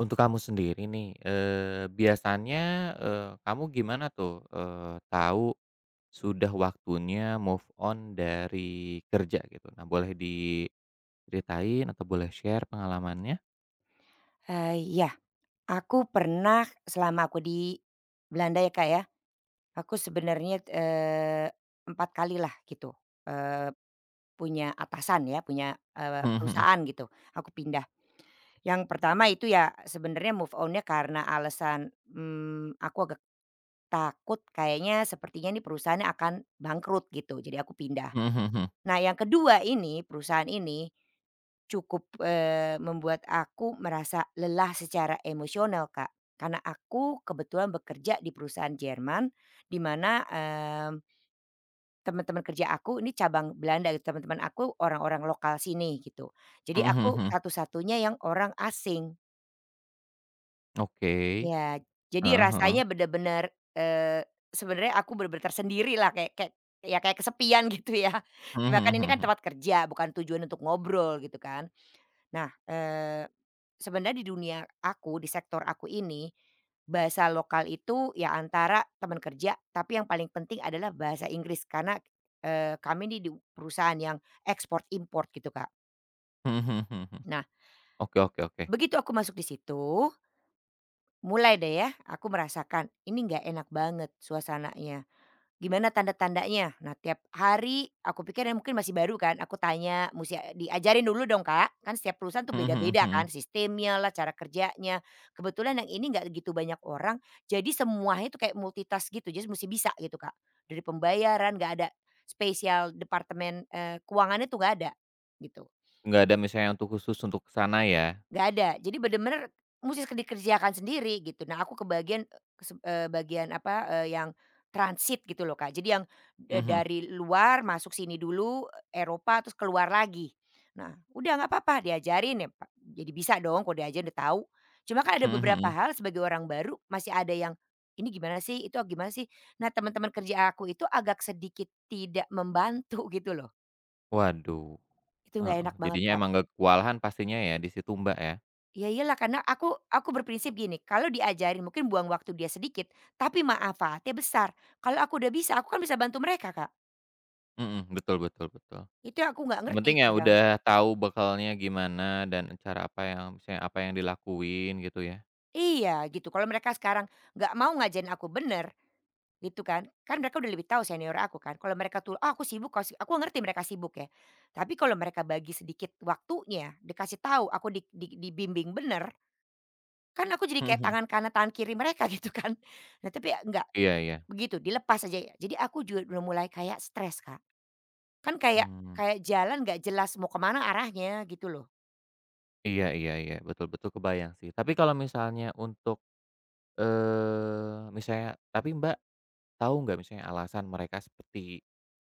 Untuk kamu sendiri nih, biasanya, kamu gimana tuh, tahu sudah waktunya move on dari kerja gitu? Nah boleh diceritain atau boleh share pengalamannya? Iya, aku pernah selama aku di Belanda ya, Kak, ya, aku sebenarnya, 4 kali lah gitu, eee, punya atasan ya, punya, Mhm mhm. perusahaan gitu, aku pindah. Yang pertama itu ya sebenarnya move onnya karena alasan, aku agak takut kayaknya sepertinya ini perusahaannya akan bangkrut gitu, jadi aku pindah. Mhm mhm mhm. Nah yang kedua ini, perusahaan ini cukup, membuat aku merasa lelah secara emosional, Kak. Karena aku kebetulan bekerja di perusahaan Jerman, di mana, teman-teman kerja aku ini cabang Belanda. Gitu. Teman-teman aku orang-orang lokal sini gitu. Jadi Mhm mhm aku mhm. satu-satunya yang orang asing. Oke. Ya, jadi Heeh heeh. rasanya bener-bener, sebenarnya aku bener-bener tersendiri lah kayak kayak ya kayak kesepian gitu ya. Mhm Cuma kan mhm ini kan mhm mhm. tempat kerja bukan tujuan untuk ngobrol gitu kan. Nah, sebenarnya di dunia aku, di sektor aku ini, bahasa lokal itu ya antara teman kerja, tapi yang paling penting adalah bahasa Inggris karena, kami nih di perusahaan yang ekspor import gitu Kak. Mhm mhm mhm mhm. Nah Oke oke oke. begitu aku masuk di situ, mulai deh ya, aku merasakan ini nggak enak banget suasananya. Gimana tanda-tandanya? Nah tiap hari aku pikir ya mungkin masih baru kan, aku tanya musti diajarin dulu dong, Kak. Kan setiap perusahaan tuh Mhm mhm beda-beda kan mhm. sistemnya lah, cara kerjanya. Kebetulan yang ini nggak gitu banyak orang, jadi semuanya itu kayak multitask gitu, jadi musti bisa gitu, Kak. Dari pembayaran nggak ada spesial departemen, keuangannya tuh nggak ada, gitu. Nggak ada misalnya untuk khusus untuk ke sana ya? Nggak ada. Jadi bener-bener musti dikerjakan sendiri gitu. Nah aku ke bagian, bagian apa, yang transit gitu loh Kak. Jadi yang, Mhm. dari luar masuk sini dulu, Eropa terus keluar lagi. Nah udah nggak apa-apa diajarin ya Pak, jadi bisa dong kalau diajarin udah tahu. Cuma kan ada Mhm beberapa mhm. hal sebagai orang baru masih ada yang, "Ini gimana sih? Itu gimana sih?" Nah teman-teman kerja aku itu agak sedikit tidak membantu gitu loh. Waduh. Itu nggak Heeh, enak banget jadinya Kak. emang nggak kewalahan pastinya ya di situ Mbak ya? Ya iyalah karena aku berprinsip gini, kalau diajarin mungkin buang waktu dia sedikit, tapi manfaatnya besar. Kalau aku udah bisa, aku kan bisa bantu mereka, Kak. Mhm, betul betul betul. Itu yang aku nggak Yang ngerti penting ya kadang. udah tahu bekalnya gimana dan cara apa yang misalnya apa yang dilakuin gitu ya. Iya gitu, kalau mereka sekarang nggak mau ngajarin aku bener gitu kan. Kan mereka udah lebih tahu senior aku kan. Kalau mereka tuh, "Ah, aku sibuk, aku ngerti mereka sibuk ya. Tapi kalau mereka bagi sedikit waktunya, dikasih tahu, aku dibimbing bener, kan aku jadi Mhm kayak mhm. tangan kanan tangan kiri mereka gitu kan. Nah, tapi ya nggak. Iya iya. Begitu, dilepas aja ya. Jadi aku juga udah mulai kayak stres, Kak. Kan kayak Mmm, kayak jalan nggak jelas mau kemana arahnya gitu loh. iya iya iya, betul betul kebayang sih. Tapi kalau misalnya untuk, misalnya tapi Mbak, tahu nggak misalnya alasan mereka seperti,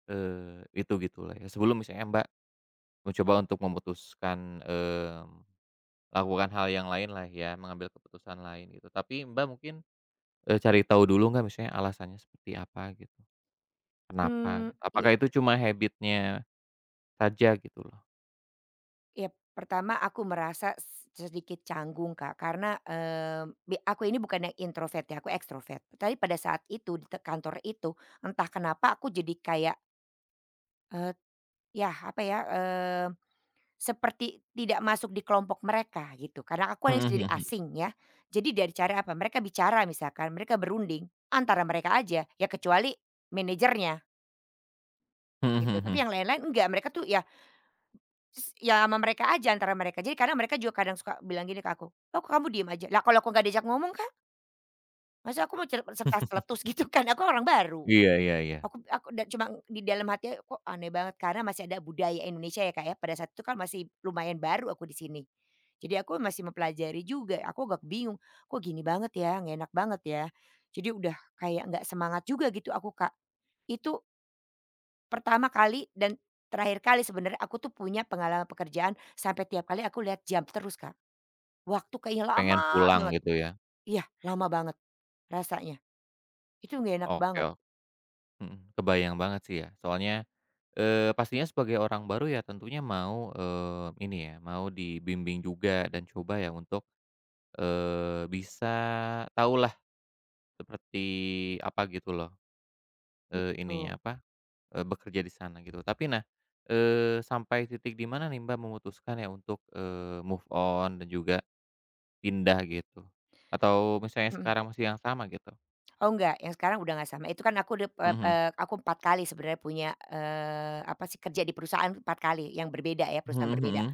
itu gitu lah ya, sebelum misalnya Mbak mencoba untuk memutuskan, melakukan hal yang lain lah ya, mengambil keputusan lain gitu. Tapi Mbak mungkin, cari tahu dulu nggak misalnya alasannya seperti apa gitu? Kenapa gitu? Apakah Iya, itu cuma habitnya saja gitu loh? iya, pertama aku merasa sedikit canggung, Kak, karena, aku ini bukan yang introvert ya, aku ekstrovert. Tapi pada saat itu di kantor itu, entah kenapa aku jadi kayak, eee, yah apa ya, seperti tidak masuk di kelompok mereka gitu, karena aku kan Mhm yang mhm sendiri mhm. asing ya. Jadi dari cara apa, mereka bicara misalkan, mereka berunding antara mereka aja, ya kecuali manajernya Mhm gitu, mhm tapi mhm. yang lain-lain enggak, mereka tuh ya ya sama mereka aja, antara mereka. Jadi kadang mereka juga kadang suka bilang gini ke aku, "Oh, kok kamu diem aja?" Lah kalau aku nggak diajak ngomong kan masa aku mau serta celetus gitu kan, aku orang baru. Iya iya iya. Aku cuma di dalam hati, kok aneh banget karena masih ada budaya Indonesia ya, Kak, ya, pada saat itu kan masih lumayan baru aku di sini. Jadi aku masih mempelajari juga, aku agak bingung, kok gini banget ya, nggak enak banget ya. Jadi udah kayak nggak semangat juga gitu aku, Kak. Itu pertama kali dan terakhir kali sebenarnya aku tuh punya pengalaman pekerjaan sampai tiap kali aku lihat jam terus, Kak. Waktu kayaknya Pengen lama pulang banget. gitu ya? Iya, lama banget rasanya. Itu nggak enak Oke banget, ok mhm, kebayang banget sih ya. Soalnya, pastinya sebagai orang baru ya tentunya mau, ini ya, mau dibimbing juga dan coba ya untuk, bisa tahulah seperti apa gitu loh, ininya, betul. apa. Bekerja di sana gitu. Tapi nah, sampai titik di mana nih Mbak memutuskan ya untuk, move on dan juga pindah gitu? Atau misalnya Mhm. sekarang masih yang sama gitu? Oh enggak, yang sekarang udah nggak sama. Itu kan aku udah, eee Mhm eee, aku 4 kali sebenarnya punya, apa sih, kerja di perusahaan 4 kali yang berbeda ya, perusahaan berbeda. mhm.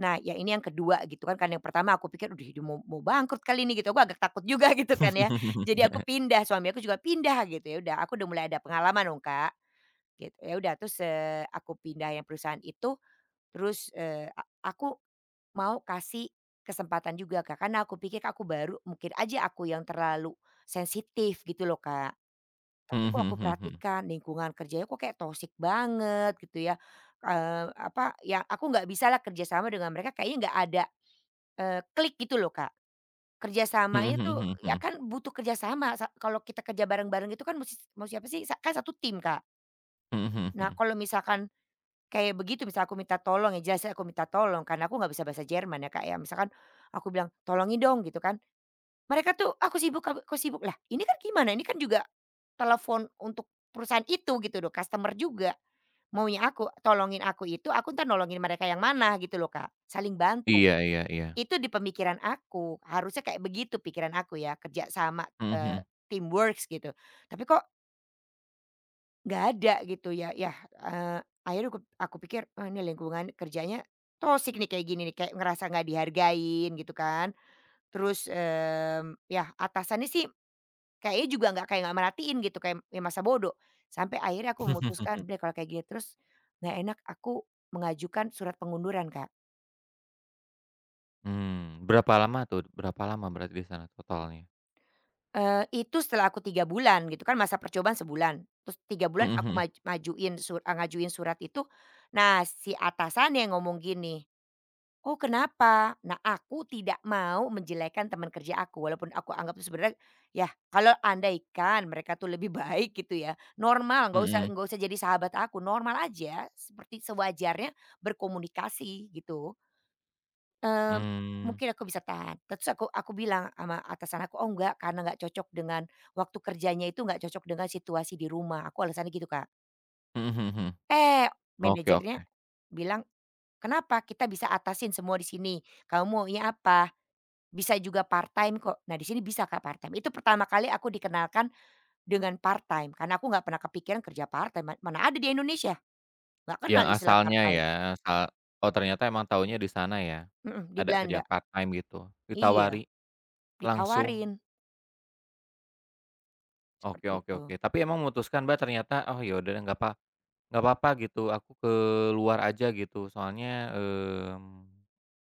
Nah, yang ini yang kedua gitu kan, karena yang pertama aku pikir, udah mau mau bangkrut kali ini," gitu, aku agak takut juga gitu kan ya. Jadi aku pindah, suami aku juga pindah gitu, ya udah aku udah mulai ada pengalaman dong, Kak, gitu. Ya udah terus, aku pindah yang perusahaan itu, terus, aku mau kasih kesempatan juga, Kak, karena aku pikir aku baru, mungkin aja aku yang terlalu sensitif gitu loh, Kak. Tapi kok Mhm aku mhm. perhatikan lingkungan kerjanya kok kayak toxic banget gitu ya, apa, yang aku nggak bisalah kerja sama dengan mereka kayaknya nggak ada, klik gitu loh, Kak. Mhm Kerjasamanya mhm mhm mhm. tuh Mhm mhm mhm mhm. ya kan butuh kerjasama kalau kita kerja bareng-bareng itu kan musti apa sih, kan satu tim, Kak. Mhm mhm Nah mhm. kalau misalkan kayak begitu misal aku minta tolong ya jelasnya aku minta tolong karena aku nggak bisa bahasa Jerman ya, Kak, ya. Misalkan aku bilang, "Tolongin dong," gitu kan, mereka tuh, "Aku sibuk aku sibuk." Lah, ini kan gimana? Ini kan juga telepon untuk perusahaan itu gitu loh, customer juga. Maunya aku, tolongin aku itu, aku entar nolongin mereka yang mana gitu loh, Kak. Saling bantu. Iya iya iya. Itu di pemikiran aku, harusnya kayak begitu pikiran aku ya, kerja sama, Mhm eee, mhm. teamworks gitu. Tapi kok nggak ada gitu ya. Ya, eee, akhirnya aku pikir, "Oh, ini lingkungan kerjanya tosik nih kayak gini nih." Kayak ngerasa nggak dihargain gitu kan. Terus, yah atasannya sih kayaknya juga nggak kayak nggak merhatiin gitu, kayak ya masa bodoh. Sampai akhirnya aku memutuskan, "Udah kalau kayak gini terus nggak enak," aku mengajukan surat pengunduran, Kak. Mmm, Berapa lama tuh? Berapa lama berarti di sana totalnya? Itu setelah aku 3 bulan gitu kan, masa percobaan sebulan. Terus tiga Mhm bulan aku mhm. Majuin ngajuin surat itu. Nah si atasan yang ngomong gini, "Oh kenapa?" Nah aku tidak mau menjelekan teman kerja aku walaupun aku anggap itu sebenarnya ya kalau andaikan mereka tuh lebih baik gitu ya, normal nggak usah Mhm. nggak usah jadi sahabat aku, normal aja seperti sewajarnya berkomunikasi gitu. Mmm, Mmm. Mungkin aku bisa tahan, terus aku bilang sama atasan aku, "Oh enggak karena nggak cocok dengan waktu kerjanya itu nggak cocok dengan situasi di rumah," aku alasannya gitu Kak. Mhm mhm mhm. Eh Oke ok. manajernya bilang, "Kenapa? Kita bisa atasin semua di sini, kamu maunya apa? Bisa juga part-time kok." Nah, di sini bisa Kak part-time. Itu pertama kali aku dikenalkan dengan part-time, karena aku nggak pernah kepikiran kerja part-time, mana ada di Indonesia, nggak Yang kenal istilah asalnya part-time. ya, asal oh ternyata emang taunya di sana ya? Mhm, di Ada kerja Belanda. part-time gitu, Iya, ditawari langsung? ditawarin, Oke seperti oke oke, itu. tapi emang memutuskan Mbak ternyata, "Oh ya udah deh nggak apa-apa gitu, aku keluar aja," gitu, soalnya,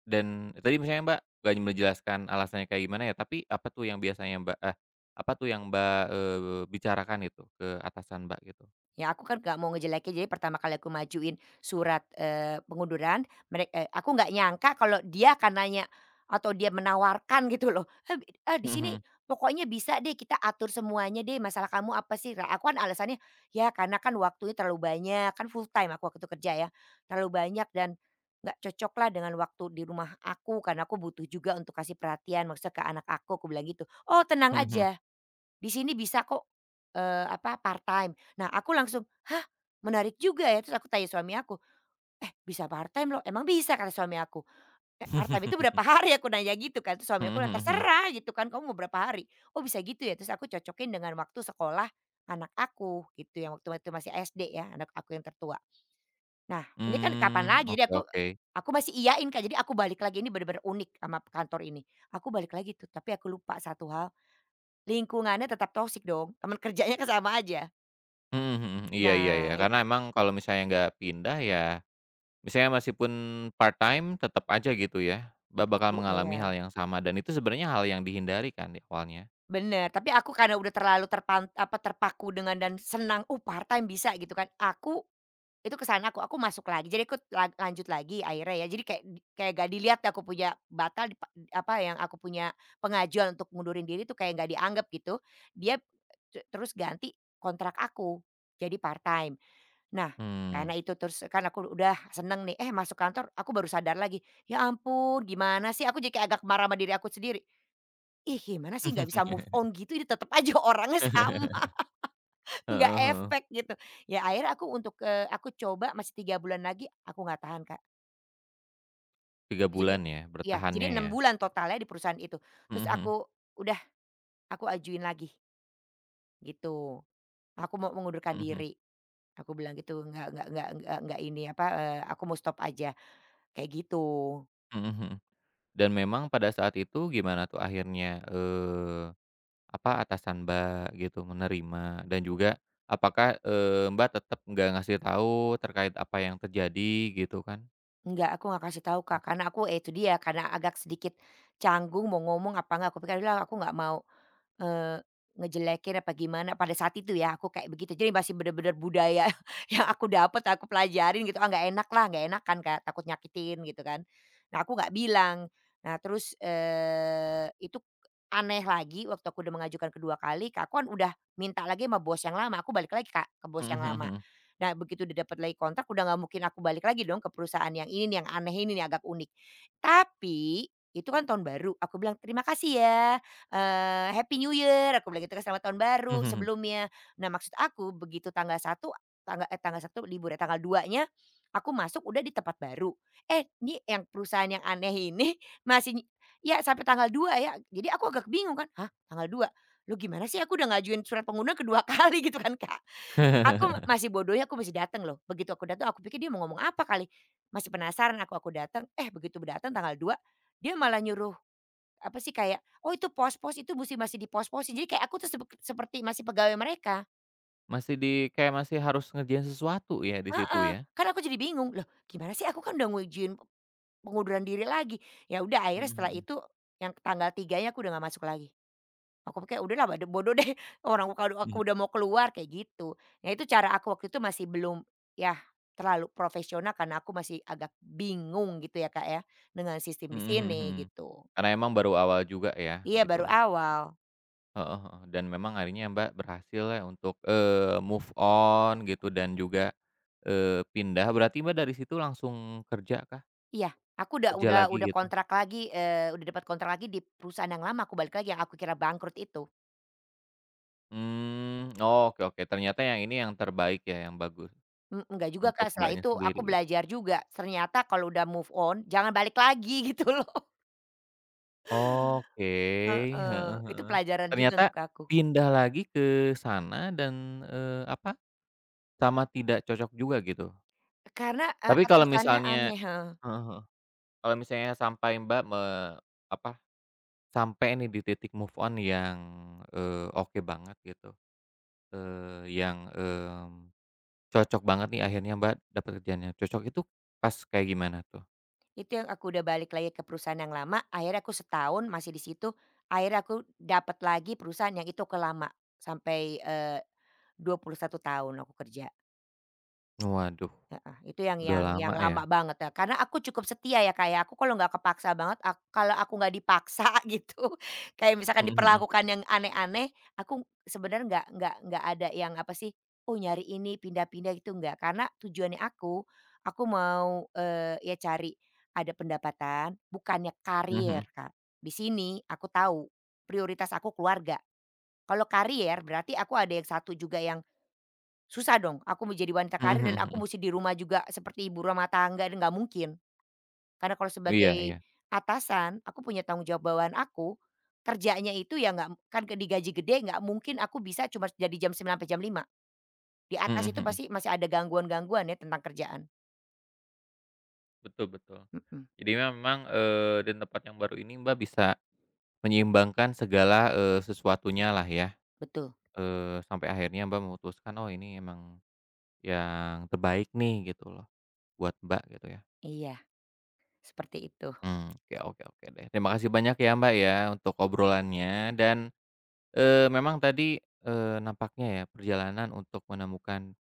dan tadi misalnya Mbak nggak menjelaskan alasannya kayak gimana ya, tapi apa tuh yang biasanya Mbak apa tuh yang Mbak, bicarakan itu ke atasan Mbak gitu? Ya aku kan nggak mau ngejelekin, jadi pertama kali aku majuin surat, pengunduran, mereka aku nggak nyangka kalau dia akan nanya atau dia menawarkan gitu loh, di sini Mhm pokoknya bisa deh kita atur semuanya deh, masalah kamu apa sih?" Lah aku kan alasannya, "Ya karena kan waktunya terlalu banyak," kan full time aku waktu itu kerja ya, "terlalu banyak dan nggak cocok lah dengan waktu di rumah aku, karena aku butuh juga untuk kasih perhatian maksudnya ke anak aku bilang gitu. "Oh tenang mhm. Mhm mhm. aja. Di sini bisa kok, apa, part-time." Nah, aku langsung, "Hah, menarik juga ya?" Terus aku tanya suami aku, "Eh, bisa part-time loh, emang bisa?" Kata suami aku. "Eh, part-time itu berapa hari?" Aku nanya gitu kan, terus suami Mhm aku bilang, mhm mhm. "Terserah," gitu kan, "kamu mau berapa hari?" "Oh, bisa gitu ya?" Terus aku cocokin dengan waktu sekolah anak aku gitu, yang waktu itu masih SD ya, anak aku yang tertua. Nah, ini kan kapan lagi, jadi Oke aku oke. aku masih iyain Kak, jadi aku balik lagi, ini bener-bener unik sama kantor ini. Aku balik lagi tuh, tapi aku lupa satu hal. Lingkungannya tetap toksik dong, teman kerjanya kan sama aja. Mhm mhm, iya iya iya, Nah karena itu emang kalau misalnya nggak pindah ya, misalnya meskipun part-time tetap aja gitu ya, itu bakal aku iya, mengalami hal yang sama dan itu sebenarnya hal yang dihindari kan di awalnya? bener, tapi aku karena udah terlalu apa, terpaku dengan dan senang, part-time bisa," gitu kan, aku. Itu ke sana aku masuk lagi, jadi aku lanjut lagi akhirnya ya. Jadi kayak kayak gak dilihat ya aku punya batal apa, yang aku punya pengajuan untuk ngundurin diri tuh kayak gak dianggap gitu. Dia terus ganti kontrak aku, jadi part-time. Nah, karena Mmm. itu terus kan aku udah seneng nih, masuk kantor aku baru sadar lagi, "Ya ampun gimana sih?" Aku jadi kayak agak marah sama diri aku sendiri. "Ih gimana sih nggak bisa move on gitu, ini tetap aja orangnya sama." Nggak Heeh heeh, efek gitu. Ya akhirnya aku untuk, aku coba masih 3 bulan lagi, aku nggak tahan Kak. Itu 3 jadi bulan ya iya, bertahannya jadi 6 ya? bulan totalnya di perusahaan itu. Mhm Terus mhm, aku, "Udah aku ajuin lagi," gitu. "Aku mau mengundurkan mhm diri," aku bilang gitu, nggak, ini apa, aku mau stop aja," kayak gitu. mhm, mhm mhm. Dan memang pada saat itu gimana tuh akhirnya, apa, atasan Mbak gitu menerima dan juga apakah, Mbak tetap nggak ngasih tahu terkait apa yang terjadi gitu kan? Enggak, aku nggak kasih tahu Kak, karena aku ya itu dia, karena agak sedikit canggung mau ngomong apa nggak, aku pikir, "Udahlah aku nggak mau." Eee, Ngejelekin apa gimana pada saat itu ya aku kayak begitu. Jadi masih bener-bener budaya yang aku dapet aku pelajarin gitu, ah, nggak enak lah, nggak enakan Kak, takut nyakitin gitu kan. Nah aku nggak bilang. Nah terus, itu aneh lagi waktu aku udah mengajukan kedua kali, Kak, aku kan udah minta lagi sama bos yang lama, aku balik lagi Kak, ke bos Mhm yang mhm lama. mhm. Nah begitu udah dapat lagi kontrak udah nggak mungkin aku balik lagi dong ke perusahaan yang ini nih, yang aneh ini nih, agak unik. Tapi itu kan tahun baru, aku bilang, "Terima kasih ya." "Happy New Year," aku bilang gitu kan, "Selamat tahun baru," sebelumnya. Nah, maksud aku begitu tanggal 1, tanggal satu libur ya, tanggal 2-nya aku masuk udah di tempat baru. Eh, ini yang perusahaan yang aneh ini masih ny- ya sampai tanggal 2 ya. Jadi aku agak bingung kan, "Hah, tanggal 2, loh gimana sih aku udah ngajuin surat pengunduran kedua kali," gitu kan, Kak. Masih bodohnya aku masih datang loh. Begitu aku datang aku pikir dia mau ngomong apa kali, masih penasaran aku datang, begitu datang tanggal 2, dia malah nyuruh apa sih, kayak, "Oh itu pos-pos itu musti masih dipos-posin." Jadi kayak aku tuh seperti masih pegawai mereka. Masih di kayak masih harus ngerjain sesuatu ya di situ Heeh, ya? kan aku jadi bingung, "Loh gimana sih aku kan udah ngujuin pengunduran diri lagi." Ya udah Mhm akhirnya setelah mhm. itu yang tanggal 3-nya aku udah nggak masuk lagi. Aku pikir udah lah bodoh deh, orang kalau Mhm. aku udah mau keluar kayak gitu. Nah itu cara aku waktu itu masih belum ya terlalu profesional karena aku masih agak bingung gitu ya, Kak, ya, dengan sistem Mhm di mhm mhm. sini gitu. Karena emang baru awal juga ya Iya gitu baru loh. awal. Heeh heeh. Dan memang akhirnya Mbak berhasil ya untuk, move on gitu dan juga, pindah. Berarti Mbak dari situ langsung kerja kah? Iya, aku udah Kerja udah lagi udah gitu? kontrak lagi, udah dapat kontrak lagi di perusahaan yang lama, aku balik lagi yang aku kira bangkrut itu. Oke oke. Ternyata yang ini yang terbaik ya, yang bagus Mmm, enggak juga, Kak, untuk setelah Mbaknya itu sendiri aku gitu. belajar juga, ternyata kalau udah move on jangan balik lagi gitu loh. Oke, Heeh. heeh Itu heeh. pelajaran juga Ternyata untuk aku. pindah lagi ke sana dan, apa, sama tidak cocok juga gitu. Karena, Tapi kalau atasannya misalnya aneh, heeh. heeh heeh, kalau misalnya sampai Mbak apa, sampai nih di titik move on yang, oke banget gitu, yang, cocok banget nih akhirnya Mbak dapat kerjaannya, cocok itu pas kayak gimana tuh? Itu yang aku udah balik lagi ke perusahaan yang lama, akhirnya aku setahun masih di situ, akhirnya aku dapat lagi perusahaan yang itu aku lama, sampai, 21 tahun aku kerja. Waduh, Heeh, itu yang udah yang yang lama ya? lama banget ya, karena aku cukup setia ya, Kak, ya, aku kalau nggak kepaksa banget, kalau aku nggak dipaksa gitu, kayak misalkan Mhm mhm, diperlakukan yang aneh-aneh, aku sebenarnya nggak ada yang apa sih, oh nyari ini, pindah-pindah gitu, nggak. Karena tujuannya aku mau, ya cari ada pendapatan, bukannya mhm mhm, karier, Kak. Di sini aku tahu prioritas aku keluarga. Kalau karier berarti aku ada yang satu juga yang susah dong, aku mau jadi wanita mhm karir dan mhm aku mhm, mesti di rumah juga seperti ibu rumah tangga dan nggak mungkin. Karena kalau iya sebagai iya, atasan, aku punya tanggung jawab bawahan aku, kerjanya itu ya nggak kan ke digaji gede nggak mungkin aku bisa cuma jadi jam 9 sampai jam 5. Di atas mhm itu mhm, pasti masih ada gangguan-gangguan ya tentang kerjaan. betul betul. Mhm, Jadi memang, di tempat yang baru ini Mbak bisa menyeimbangkan segala, sesuatunya-lah ya, betul, sampai akhirnya Mbak memutuskan, "Oh ini emang yang terbaik nih," gitu loh, buat Mbak gitu ya. iya, seperti itu. Oke oke oke deh. Terima kasih banyak ya Mbak ya untuk obrolannya dan, memang tadi, nampaknya ya perjalanan untuk menemukan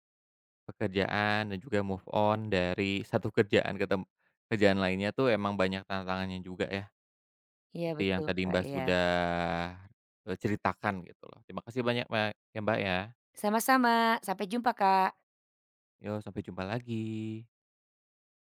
pekerjaan dan juga move on dari satu kerjaan ke kerjaan lainnya tuh emang banyak tantangannya juga ya. Iya Seperti yang betul, tadi Kak, Mbak iya. sudah, ceritakan gitu loh. Terima kasih banyak, Mbak, ya, Mbak, ya. Sama-sama, sampai jumpa, Kak. Yo, sampai jumpa lagi.